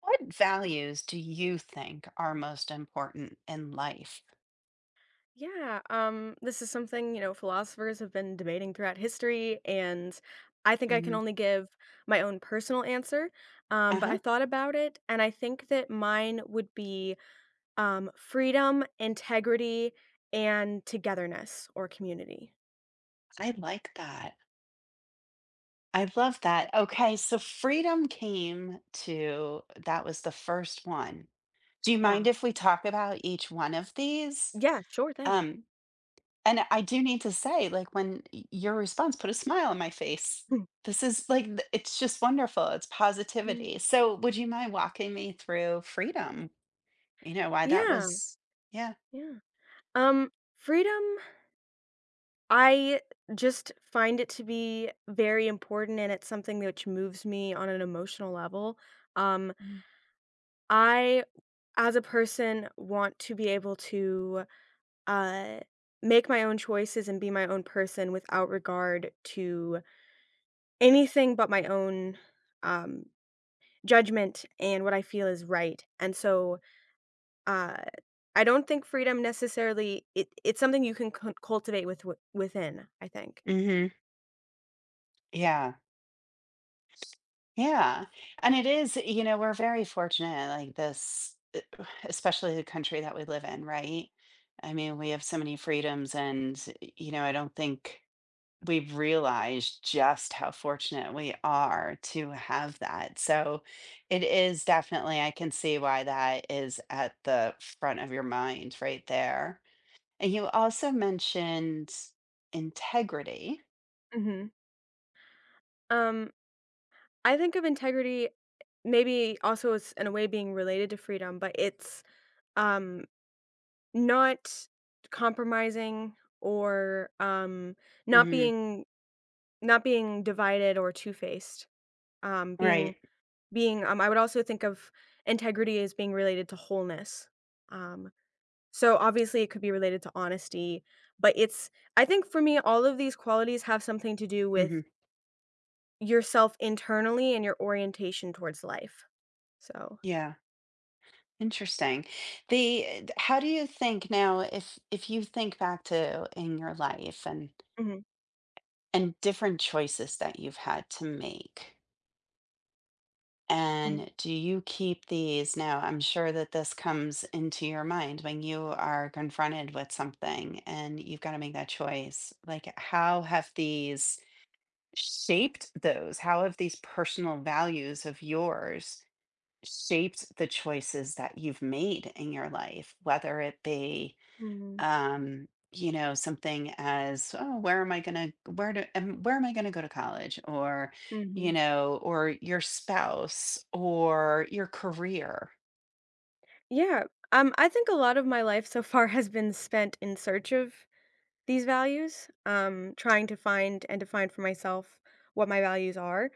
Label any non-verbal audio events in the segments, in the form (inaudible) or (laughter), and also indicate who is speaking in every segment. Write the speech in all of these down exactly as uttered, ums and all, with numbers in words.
Speaker 1: What values do you think are most important in life?
Speaker 2: Yeah, um, this is something, you know, philosophers have been debating throughout history, and I think I can
Speaker 1: Mhm.
Speaker 2: only give my own personal answer. Um, but
Speaker 1: Uh-huh.
Speaker 2: I thought about it, and I think that mine would be um, freedom, integrity, and togetherness or community.
Speaker 1: I like that. I love that. Okay, so freedom came to that was the first one. Do you
Speaker 2: Yeah.
Speaker 1: mind if we talk about each one of these?
Speaker 2: Yeah, sure thing.
Speaker 1: Um, and I do need to say, like, when y- your response put a smile on my face.
Speaker 2: (laughs)
Speaker 1: This is like, th- it's just wonderful. It's positivity. So, would you mind walking me through freedom? You know, why that
Speaker 2: yeah,
Speaker 1: was, yeah.
Speaker 2: yeah. Um, Freedom, I just find it to be very important, and it's something which moves me on an emotional level. Um, I, as a person, want to be able to, uh, make my own choices and be my own person without regard to anything but my own, um, judgment and what I feel is right, and so, uh, I don't think freedom necessarily it it's something you can cul cultivate with wi within, I think.
Speaker 1: Hmm. Yeah. Yeah. And it is, you know, we're very fortunate, like this, e, (sighs) especially the country that we live in, right? I mean, we have so many freedoms, and, you know, I don't think we've realized just how fortunate we are to have that. So it is definitely, I can see why that is at the front of your mind right there. And you also mentioned integrity.
Speaker 2: Mhm. Um, I think of integrity maybe also as in a way being related to freedom, but it's um not compromising or um not
Speaker 1: Hmm.
Speaker 2: being not being divided or two-faced. Um being
Speaker 1: Right.
Speaker 2: being um I would also think of integrity as being related to wholeness. Um so obviously it could be related to honesty, but it's I think for me all of these qualities have something to do with
Speaker 1: Hmm.
Speaker 2: yourself internally and your orientation towards life. So
Speaker 1: Yeah. Interesting. The how do you think now, if if you think back to in your life, and
Speaker 2: mhm.
Speaker 1: and different choices that you've had to make,
Speaker 2: Mhm.
Speaker 1: and do you keep these? Now, I'm sure that this comes into your mind when you are confronted with something and you've got to make that choice. Like, how have these shaped those? How have these personal values of yours shaped the choices that you've made in your life, whether it be
Speaker 2: Mhm.
Speaker 1: um you know something as, oh, where am i going to where do um, where am I going to go to college, or you
Speaker 2: Mhm.
Speaker 1: know or your spouse or your career?
Speaker 2: Yeah, um, I think a lot of my life so far has been spent in search of these values, um, trying to find and define for myself what my values are.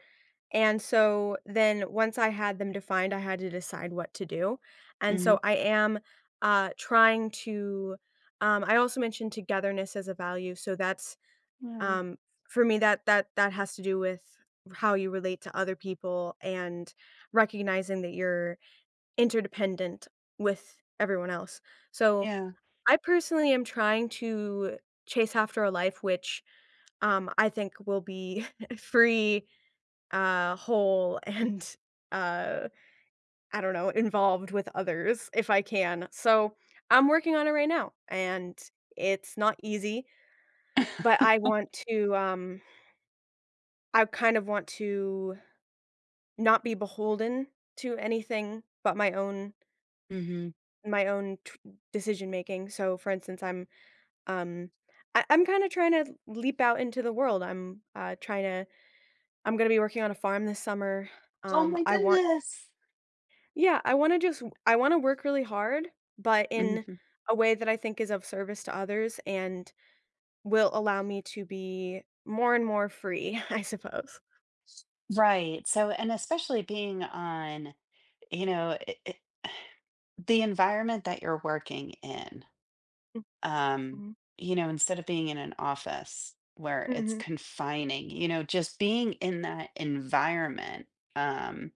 Speaker 2: And so then once I had them defined, I had to decide what to do. And
Speaker 1: Hmm.
Speaker 2: so I am uh, trying to. Um, I also mentioned togetherness as a value, so that's
Speaker 1: Yeah.
Speaker 2: um, for me that that that has to do with how you relate to other people and recognizing that you're interdependent with everyone else. So,
Speaker 1: Yeah.
Speaker 2: I personally am trying to chase after a life which, um, I think will be (laughs) free, uh, whole, (laughs) and, uh, I don't know, involved with others if I can. So, I'm working on it right now, and it's not easy, but I
Speaker 1: (laughs)
Speaker 2: want to, um I kind of want to not be beholden to anything but my own
Speaker 1: Hmm.
Speaker 2: my own t decision making. So, for instance, I'm Um, I I'm kinda trying to leap out into the world. I'm, uh, trying to I'm gonna be working on a farm this summer.
Speaker 1: Oh
Speaker 2: Um,
Speaker 1: my
Speaker 2: I want
Speaker 1: goodness.
Speaker 2: Yeah, I wanna just I wanna work really hard, but in
Speaker 1: Hmm.
Speaker 2: a way that I think is of service to others and will allow me to be more and more free, (laughs) I suppose.
Speaker 1: Right. So, and especially being on, you know i i- the environment that you're working in, um,
Speaker 2: Mhm.
Speaker 1: you know, instead of being in an office where it's
Speaker 2: Mhm.
Speaker 1: confining, you know, just being in that environment, um,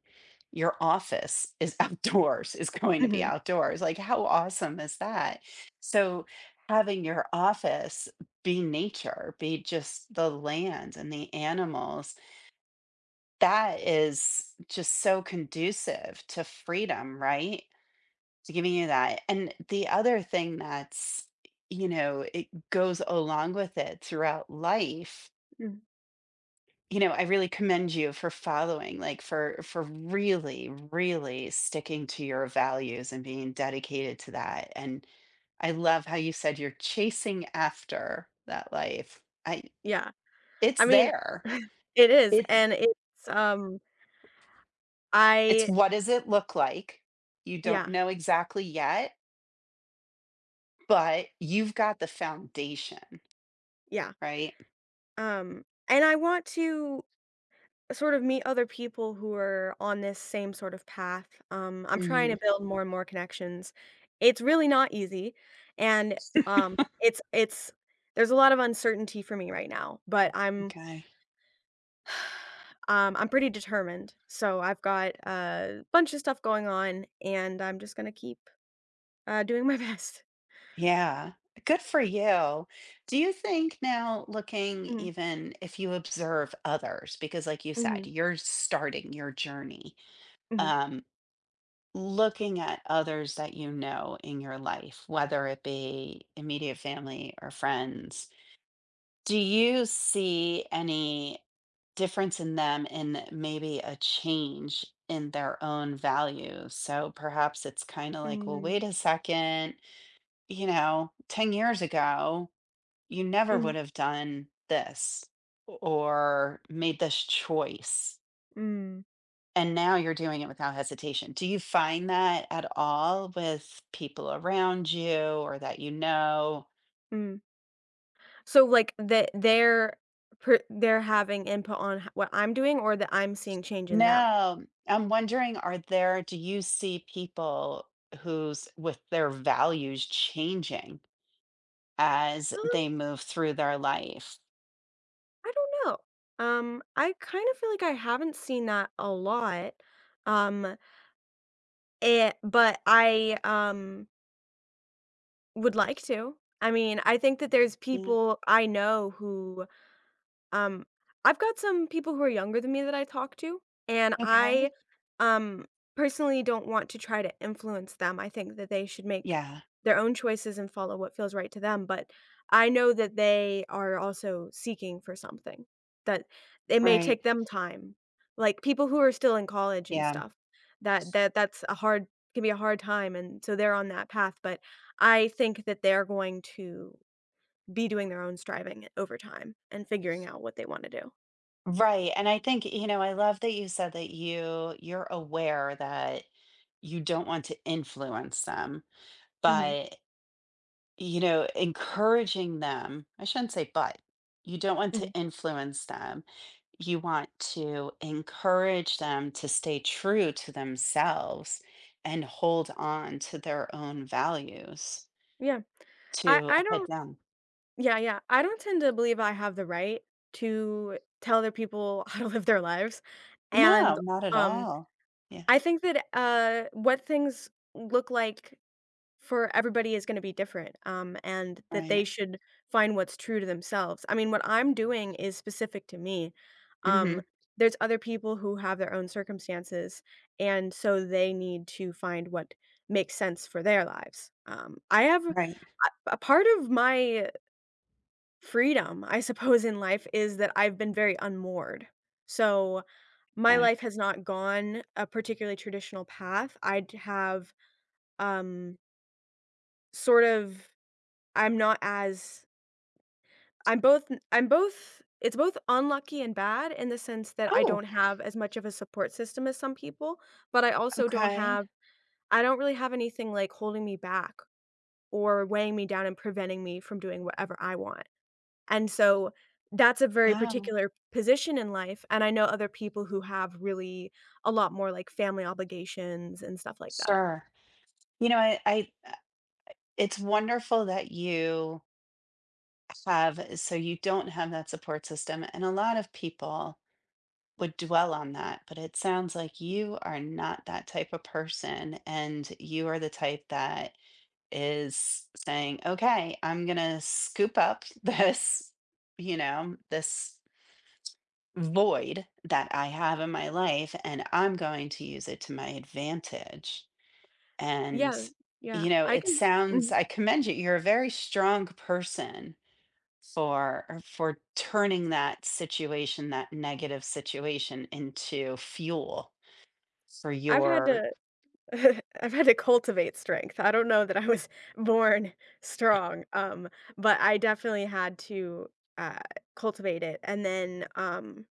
Speaker 1: your office is (laughs) outdoors, is going to be
Speaker 2: Mhm.
Speaker 1: outdoors. Like, how awesome is that? So, having your office be nature, be just the land and the animals, that is just so conducive to freedom, right? To giving you that. And the other thing that's, you know, it goes along with it throughout life.
Speaker 2: Mhm.
Speaker 1: You know, I really commend you for following, like, for for really, really sticking to your values and being dedicated to that. And I love how you said you're chasing after that life. I
Speaker 2: Yeah.
Speaker 1: It's
Speaker 2: I mean,
Speaker 1: there.
Speaker 2: (laughs) it is,
Speaker 1: It's
Speaker 2: and it's, um
Speaker 1: it's
Speaker 2: I
Speaker 1: what does it look like? You don't
Speaker 2: yeah,
Speaker 1: know exactly yet, but you've got the foundation,
Speaker 2: yeah.
Speaker 1: right?
Speaker 2: Um, and I want to sort of meet other people who are on this same sort of path. Um, I'm trying
Speaker 1: Mhm.
Speaker 2: to build more and more connections. It's really not easy, and um, it's it's there's a lot of uncertainty for me right now, but I'm
Speaker 1: Okay.
Speaker 2: (sighs) um, I'm pretty determined. So I've got a bunch of stuff going on, and I'm just gonna keep uh, doing my (laughs) best.
Speaker 1: Yeah. Good for you. Do you think now, looking,
Speaker 2: Mhm,
Speaker 1: even if you observe others, because like you said,
Speaker 2: mhm,
Speaker 1: you're starting your journey,
Speaker 2: mhm,
Speaker 1: um, looking at others that you know in your life, whether it be immediate family or friends, do you see any difference in them and maybe a change in their own values? So perhaps it's kind of like, well,
Speaker 2: mhm,
Speaker 1: wait a second, you know, ten years ago, you never
Speaker 2: mhm,
Speaker 1: would have done this or made this choice.
Speaker 2: mm,
Speaker 1: And now you're doing it without hesitation. Do you find that at all with people around you or that you know?
Speaker 2: mm. So, like, that they're per they're having input on h what I'm doing or that I'm seeing change in them?
Speaker 1: No, I'm wondering, are there, do you see people who's with their values changing as
Speaker 2: Um,
Speaker 1: they move through their life?
Speaker 2: I don't know. Um, I kind of feel like I haven't seen that a lot, um, eh, but I, um, would like to. I mean, I think that there's
Speaker 1: Yeah.
Speaker 2: people I know who Um, I've got some people who are younger than me that I talk to, and I,
Speaker 1: Okay.
Speaker 2: um, personally don't want to try to influence them. I think that they should make
Speaker 1: Yeah.
Speaker 2: their own choices and follow what feels right to them, but I know that they are also seeking for something, that it may
Speaker 1: Right.
Speaker 2: take them time. Like, people who are still in college and
Speaker 1: Yeah.
Speaker 2: stuff, that that that's a hard can be a hard time, and so they're on that path, but I think that they're going to be doing their own striving over time and figuring out what they wanna do.
Speaker 1: Right. And I think, you know, I love that you said that you you're aware that you don't want to influence them,
Speaker 2: Mhm,
Speaker 1: but you know, encouraging them, I shouldn't say, but you don't want
Speaker 2: mhm,
Speaker 1: to influence them. You want to encourage them to stay true to themselves and hold on to their own values
Speaker 2: yeah. I
Speaker 1: to
Speaker 2: I
Speaker 1: head
Speaker 2: don't
Speaker 1: down.
Speaker 2: yeah, yeah, I don't tend to believe I have the right to tell other people (laughs) how to live their lives,
Speaker 1: No,
Speaker 2: and,
Speaker 1: not at
Speaker 2: um,
Speaker 1: all. Yeah.
Speaker 2: I think that, uh, what things look like for everybody is gonna be different, um, and that they
Speaker 1: Right.
Speaker 2: should find what's true to themselves. I mean, what I'm doing is specific to me.
Speaker 1: Hmm.
Speaker 2: Um, there's other people who have their own circumstances, and so they need to find what makes sense for their lives. Um, I have a
Speaker 1: Right.
Speaker 2: a part of my freedom, I suppose, in life is that I've been very unmoored. So, my
Speaker 1: Okay.
Speaker 2: life has not gone a particularly traditional path. I'd have, um, sort of I'm not as I'm both I'm both it's both unlucky and bad in the sense that I don't
Speaker 1: Oh,
Speaker 2: have as much of a support system as some people, but I also don't
Speaker 1: okay.
Speaker 2: have I don't really have anything, like, holding me back or weighing me down and preventing me from doing whatever I want. And so that's a very
Speaker 1: Wow,
Speaker 2: particular position in life, and I know other people who have really a lot more, like, family obligations and stuff like that.
Speaker 1: sure. You know, I, I, uh, it's wonderful that you have, so you don't have that support system. And a lot of people would dwell on that, but it sounds like you are not that type of person. And you are the type that is saying, okay, I'm going to scoop up (laughs) this, you know, this void that I have in my life, and I'm going to use it to my advantage. And,
Speaker 2: Yeah, yeah,
Speaker 1: you know,
Speaker 2: I
Speaker 1: it
Speaker 2: can
Speaker 1: sounds
Speaker 2: mhm,
Speaker 1: I commend you. You're a very strong person for, er, for turning that situation, that negative situation, into fuel for
Speaker 2: I've had
Speaker 1: your
Speaker 2: to (laughs) I've had to cultivate strength. I don't know that I was (laughs) born strong, um, but I definitely had to uh, cultivate it, and then um,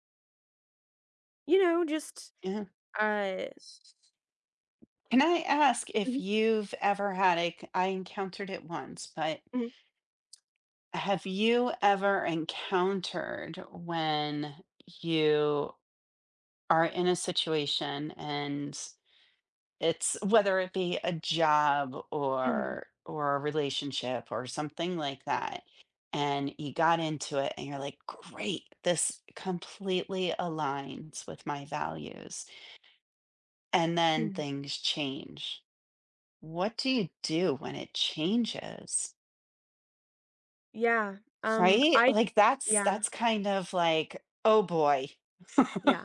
Speaker 2: you know, just
Speaker 1: Yeah.
Speaker 2: uh,
Speaker 1: Can I ask if
Speaker 2: mhm,
Speaker 1: you've ever had a c- I encountered it once, but
Speaker 2: mhm,
Speaker 1: have you ever encountered when you are in a situation, and It's whether it be a job
Speaker 2: mhm,
Speaker 1: or or a relationship or something like that, and you got into it and you're like, "Great, this completely aligns with my values." And then
Speaker 2: mhm.
Speaker 1: things change. What do you do when it changes?
Speaker 2: Yeah. Um,
Speaker 1: Right?
Speaker 2: I
Speaker 1: Like, that's
Speaker 2: yeah
Speaker 1: that's kind of like, "Oh, boy." (laughs)
Speaker 2: yeah.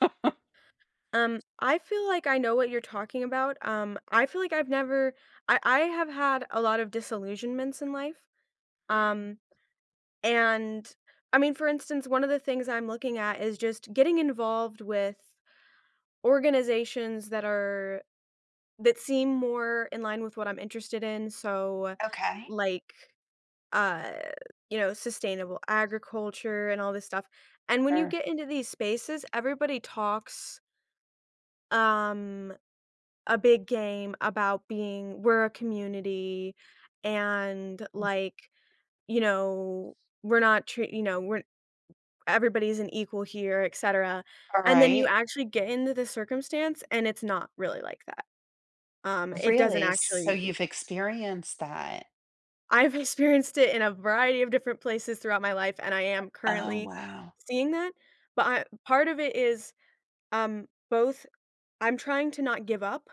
Speaker 2: Um, I feel like I know what you're talking about. Um, I feel like I've never I I have had a lot of disillusionments in life.
Speaker 1: "Mm,
Speaker 2: Um, And, I mean, for instance, one of the things I'm looking at is just getting involved with organizations that are that seem more in line with what I'm interested in, so,
Speaker 1: okay,"
Speaker 2: like, uh, you know, sustainable agriculture and all this stuff, and when you
Speaker 1: or,
Speaker 2: get into these spaces, everybody talks, um, a big game about being, "We're a community," and, like, you know, "We're not tre," you know, "We're everybody's an equal here, etcetera," and then you
Speaker 1: "Alright,
Speaker 2: actually get into the circumstance, and it's not really like that. Um, it doesn't
Speaker 1: really? So
Speaker 2: actually
Speaker 1: you've experienced that.
Speaker 2: I've (laughs) experienced it in a variety of different places throughout my life, and I am
Speaker 1: Oh,
Speaker 2: currently
Speaker 1: wow."
Speaker 2: seeing that, but I part of it is, um, both I'm trying to not give up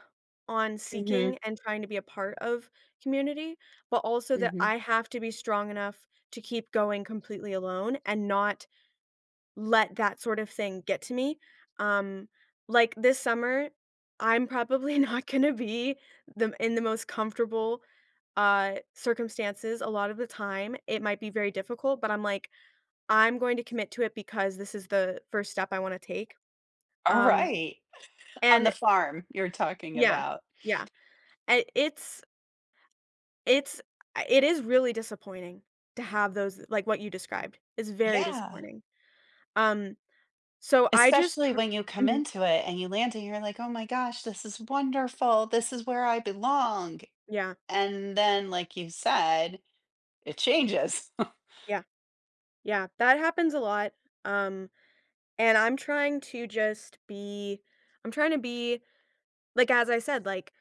Speaker 2: on
Speaker 1: Mhm.
Speaker 2: seeking and trying to be a part of community, but also that
Speaker 1: Mhm.
Speaker 2: I have to be strong enough to keep going completely alone and not let that sort of thing get to me. Um, like this summer, I'm probably (laughs) not going to be the in the most comfortable uh circumstances a lot of the time. It might be very difficult, but I'm like I'm going to commit to it because this is the first step I want to take.
Speaker 1: All
Speaker 2: Um
Speaker 1: right. On the
Speaker 2: and
Speaker 1: farm you're talking
Speaker 2: Yeah.
Speaker 1: about.
Speaker 2: Yeah. a- It's it's I- it is really disappointing to have those like what you described. It's very
Speaker 1: Yeah.
Speaker 2: disappointing. Um so I just
Speaker 1: Especially
Speaker 2: tr-
Speaker 1: when you come
Speaker 2: Mhm.
Speaker 1: into it and you land and you're like, "Oh my gosh, this is wonderful. This is where I belong."
Speaker 2: Yeah.
Speaker 1: And then, like you said, it changes. (laughs)
Speaker 2: Yeah. Yeah, that happens a lot, um, and I'm trying to just be I'm trying to be like, as I said, like,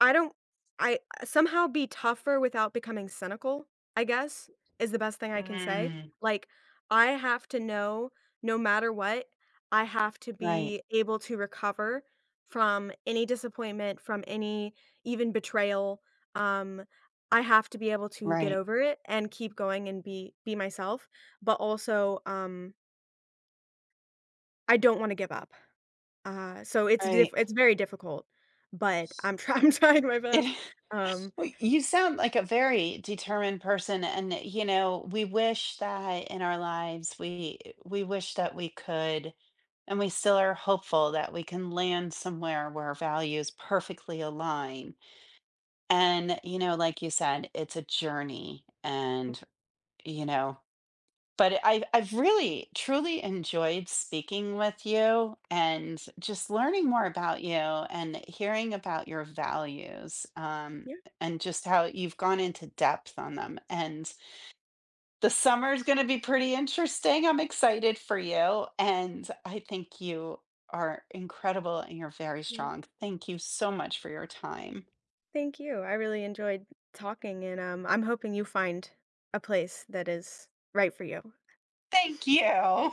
Speaker 2: I don't I uh, somehow be tougher without becoming cynical, I guess, is the best thing I can say.
Speaker 1: Mm.
Speaker 2: Like, I have to know no matter what, I have to
Speaker 1: Right,
Speaker 2: be able to recover from any disappointment, from any even betrayal. Um, I have to be able to get
Speaker 1: right,
Speaker 2: over it and keep going and be be myself, but also, um, I don't wanna give up. Uh, so it's diff
Speaker 1: right.
Speaker 2: it's very difficult, but I'm try (laughs) I'm trying my best.
Speaker 1: It (laughs)
Speaker 2: Um
Speaker 1: Well, you sound like a very determined person, and, you know, we wish that in our lives, we we wish that we could And we still are hopeful that we can land somewhere where our values perfectly align. And, you know, like you said, it's a journey, and, you know, but I, I've really truly enjoyed speaking with you and just learning more about you and hearing about your values, um, and just how you've gone into depth on them. And the summer is going to be pretty interesting. I'm excited for you. And I think you are incredible and you're very
Speaker 2: Mhm.
Speaker 1: strong. Thank you so much for your time.
Speaker 2: Thank you. I really enjoyed talking, and um, I'm hoping you find a place that is right for you.
Speaker 1: Thank you.